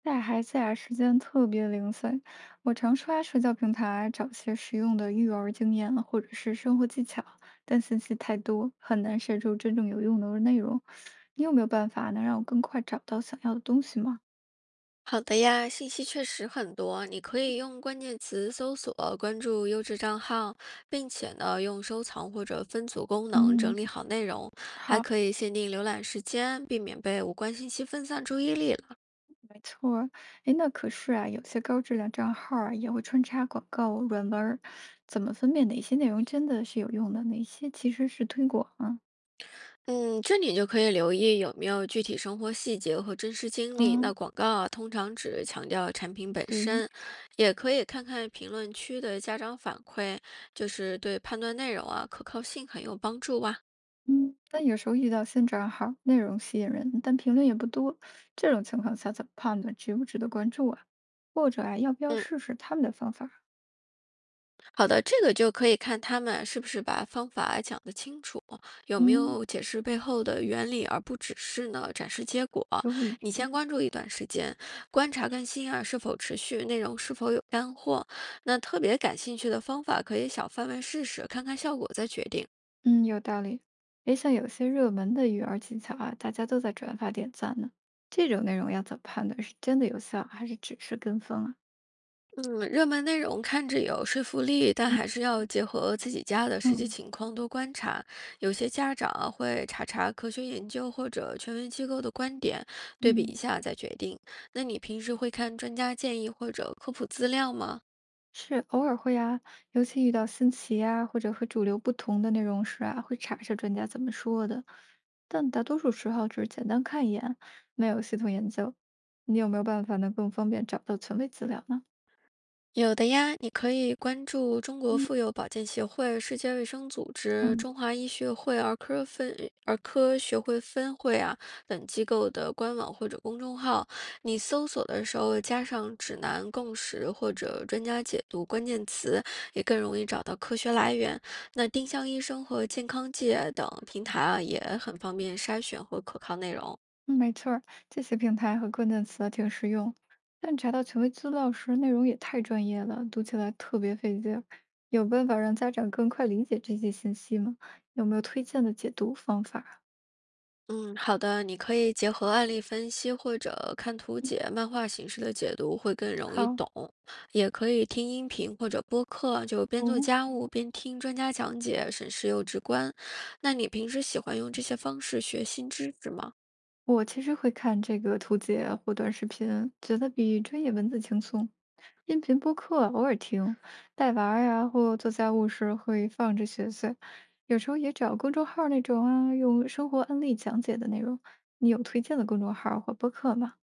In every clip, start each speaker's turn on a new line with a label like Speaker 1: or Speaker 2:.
Speaker 1: 带孩子啊，时间特别零碎，我常刷社交平台找些实用的育儿经验或者是生活技巧，但信息太多，很难筛出真正有用的内容。你有没有办法能让我更快找到想要的东西吗？
Speaker 2: 好的呀，信息确实很多，你可以用关键词搜索，关注优质账号，并且呢，用收藏或者分组功能
Speaker 1: 嗯，
Speaker 2: 整理好内容，还
Speaker 1: 好，
Speaker 2: 可以限定浏览时间，避免被无关信息分散注意力了。
Speaker 1: 没错儿。哎，那可是啊，有些高质量账号儿啊也会穿插广告、软文儿，怎么分辨哪些内容真的是有用的，哪些其实是推广啊？
Speaker 2: 嗯，这里就可以留意有没有具体生活细节和真实经历。
Speaker 1: 嗯，
Speaker 2: 那广告啊，通常只强调产品本
Speaker 1: 对。
Speaker 2: 身，也可以看看评论区的家长反馈，就是对判断内容啊可靠性很有帮助啊。
Speaker 1: 嗯，但有时候遇到新账号，内容吸引人，但评论也不多，这种情况下怎么判断值不值得关注啊？或者啊，要不要
Speaker 2: 嗯。
Speaker 1: 试试他们的方法？
Speaker 2: 好的，这个就可以看他们是不是把方法讲得清楚，有没
Speaker 1: 嗯，
Speaker 2: 有解释背后的原理，而不只是呢展示结果。
Speaker 1: 都对，
Speaker 2: 你先关注一段时间，观察更新啊是否持续，内容是否有干货。那特别感兴趣的方法，可以小范围试试，看看效果再决定。
Speaker 1: 嗯，有道理。诶，像有些热门的育儿技巧啊，大家都在转发点赞呢，这种内容要怎么判断是真的有效，还是只是跟风啊？
Speaker 2: 嗯，热门内容看着有说服力，但还是要结合自己家的实际
Speaker 1: 嗯
Speaker 2: 情况多观察。有些家长啊会查查科学研究或者权威机构的观点，对比一
Speaker 1: 嗯。
Speaker 2: 下再决定。那你平时会看专家建议或者科普资料吗？
Speaker 1: 是偶尔会啊，尤其遇到新奇啊，或者和主流不同的内容时啊，会查一下专家怎么说的。但大多数时候只是简单看一眼，没有系统研究。你有没有办法能更方便找到权威资料呢？
Speaker 2: 有的呀，你可以关注中国
Speaker 1: 嗯
Speaker 2: 妇幼保健协会、世界卫生组织、
Speaker 1: 嗯，
Speaker 2: 中华医学会儿科学会分会啊等机构的官网或者公众号。你搜索的时候加上指南、共识或者专家解读关键词，也更容易找到科学来源。那丁香医生和健康界等平台啊，也很方便筛选和可靠内容。
Speaker 1: 嗯没错儿，这些平台和关键词啊挺实用，但查到权威资料时，内容也太专业了，读起来特别费劲儿。有办法让家长更快理解这些信息吗？有没有推荐的解读方法啊？
Speaker 2: 嗯，好的，你可以结合案例分析或者看图解、漫画形式的解读，会更容易
Speaker 1: 好。
Speaker 2: 懂。也可以听音频或者播客，就边做
Speaker 1: 哦，
Speaker 2: 家务边听专家讲解，省事又直观。那你平时喜欢用这些方式学新知识吗？
Speaker 1: 我其实会看这个图解或短视频，觉得比专业文字轻松。音频播客偶尔听，带娃儿呀或做家务时会放着学学，有时候也找公众号儿那种啊，用生活案例讲解的内容。你有推荐的公众号儿或播客吗？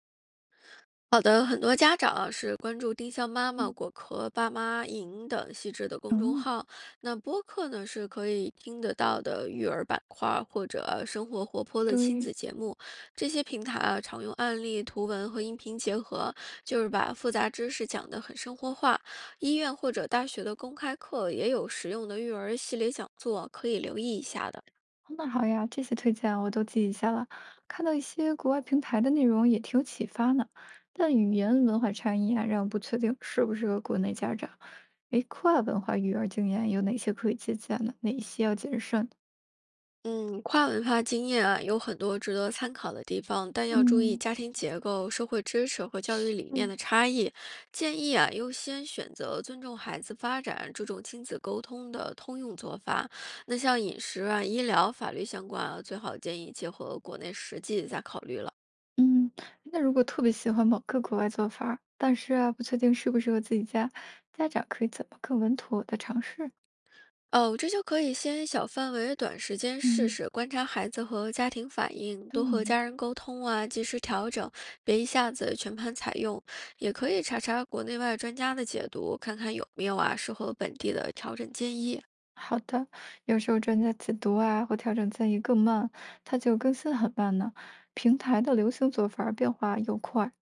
Speaker 2: 好的，很多家长啊是关注“丁香妈妈”
Speaker 1: 嗯
Speaker 2: “果壳爸妈营”等细致的公众
Speaker 1: 嗯，
Speaker 2: 号。那播客呢是可以听得到的育儿板块儿或者啊生活活泼的亲
Speaker 1: 对。
Speaker 2: 子节目。这些平台啊常用案例、图文和音频结合，就是把复杂知识讲得很生活化。医院或者大学的公开课也有实用的育儿系列讲座，可以留意一下的。
Speaker 1: 哦那好呀，这些推荐我都记一下了。看到一些国外平台的内容也挺有启发呢，但语言文化差异啊，让我不确定适不适合国内家长。诶，跨文化育儿经验有哪些可以借鉴呢？哪些要谨慎？
Speaker 2: 嗯，跨文化经验啊，有很多值得参考的地方，但要注意
Speaker 1: 嗯，
Speaker 2: 家庭结构、社会支持和教
Speaker 1: 是，
Speaker 2: 育理念的差异。建议啊，优先选择尊重孩子发展、注重亲子沟通的通用做法。那像饮食啊、医疗、法律相关啊，最好建议结合国内实际再考虑了。
Speaker 1: 嗯，那如果特别喜欢某个国外做法儿但是啊，不确定适不适合自己家，家长可以怎么更稳妥的尝试？
Speaker 2: 哦，这就可以先小范围、短时间试
Speaker 1: 嗯，
Speaker 2: 试，观察孩子和家庭反应，多和
Speaker 1: 对。
Speaker 2: 家人沟通啊，及时调整，别一下子全盘采用。也可以查查国内外专家的解读，看看有没有啊适合本地的调整建议。
Speaker 1: 好的，有时候专家解读啊，或调整建议更慢，它就更新很慢呢。平台的流行做法儿变化又快，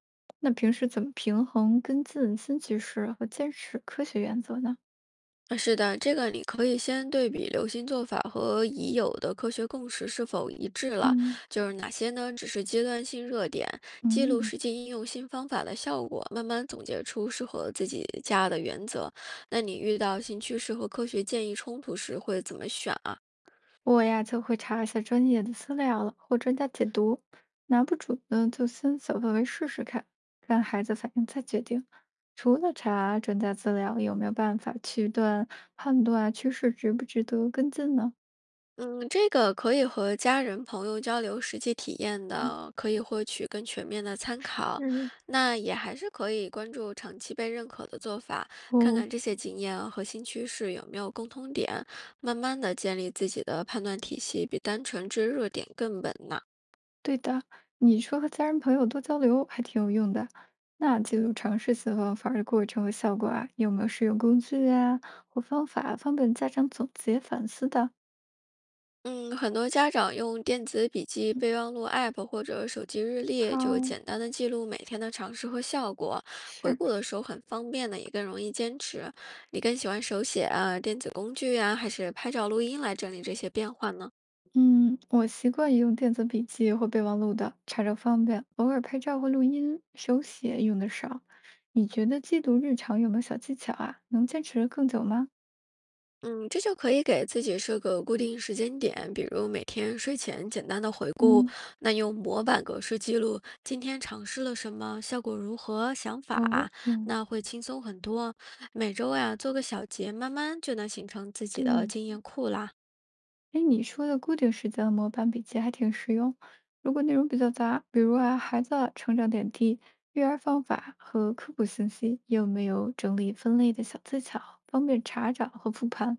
Speaker 1: 那平时怎么平衡跟进新趋势和坚持科学原则呢？
Speaker 2: 是的，这个你可以先对比流行做法和已有的科学共识是否一致了，
Speaker 1: 嗯
Speaker 2: 就是哪些呢只是阶段性热点，记录
Speaker 1: 嗯，
Speaker 2: 实际应用新方法的效果，慢慢总结出适合自己家的原则。那你遇到新趋势和科学建议冲突时会怎么选？
Speaker 1: 我呀就会查一下专业的资料了，或专家解读，拿不准呢就先小范围试试看，看孩子反应再决定。除了查专家资料，有没有办法去断判断趋势值不值得跟进呢？
Speaker 2: 嗯，这个可以和家人朋友交流实际体验
Speaker 1: 嗯
Speaker 2: 的，可以获取更全面的参考。
Speaker 1: 是
Speaker 2: 那也还是可以关注长期被认可的做法，看
Speaker 1: 哦，
Speaker 2: 看这些经验和新趋势有没有共通点，慢慢的建立自己的判断体系，比单纯追热点更稳呐。
Speaker 1: 对的，你说和家人朋友多交流还挺有用的。那记录尝试写方法的过程和效果啊，有没有适用工具啊或方法，方便家长总结反思的？
Speaker 2: 嗯，很多家长用电子笔记备忘录 App 或者手机日历，
Speaker 1: 好，
Speaker 2: 就简单的记录每天的尝试和效果，回
Speaker 1: 是，
Speaker 2: 顾的时候很方便的，也更容易坚持。你更喜欢手写啊、电子工具啊，还是拍照录音来整理这些变化呢？
Speaker 1: 嗯，我习惯用电子笔记或备忘录的，查找方便，偶尔拍照或录音，手写用的少。你觉得记录日常有没有小技巧啊？能坚持得更久吗？
Speaker 2: 嗯，这就可以给自己设个固定时间点，比如每天睡前简单的回顾，
Speaker 1: 嗯，
Speaker 2: 那用模板格式记录今天尝试了什么，效果如何，想
Speaker 1: 哦，
Speaker 2: 法，
Speaker 1: 嗯，
Speaker 2: 那会轻松很多。每周呀，做个小结，慢慢就能形成自己
Speaker 1: 对，
Speaker 2: 的经验库啦。
Speaker 1: 哎，你说的固定时间的模板笔记还挺实用。如果内容比较杂，比如啊孩子啊成长点滴、育儿方法和科普信息，有没有整理分类的小技巧，方便查找和复盘？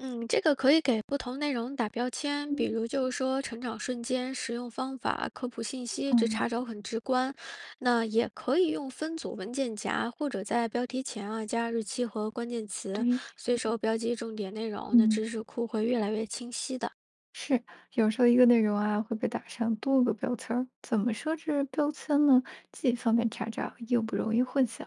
Speaker 2: 嗯，这个可以给不同内容打标签，
Speaker 1: 嗯，
Speaker 2: 比如就是说成长瞬间、实用方法、科普信息，
Speaker 1: 哦
Speaker 2: 这查找很直观。那也可以用分组文件夹，或者在标题前啊加日期和关键词，
Speaker 1: 对，
Speaker 2: 随手标记重点内容，那
Speaker 1: 嗯，
Speaker 2: 知识库会越来越清晰的。
Speaker 1: 是，有时候一个内容啊会被打上多个标签儿，怎么设置标签呢？既方便查找，又不容易混淆。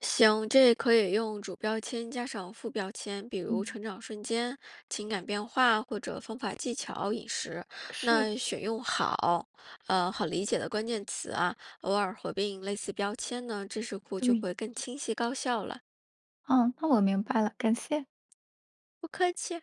Speaker 2: 行，这可以用主标签加上副标签，比如
Speaker 1: 嗯，
Speaker 2: 成长瞬间、情感变化或者方法技巧、饮食。
Speaker 1: 是，
Speaker 2: 那选用好，好理解的关键词啊，偶尔合并类似标签呢，知识库就
Speaker 1: 对。
Speaker 2: 会更清晰高效了。
Speaker 1: 嗯，那我明白了，感谢。
Speaker 2: 不客气。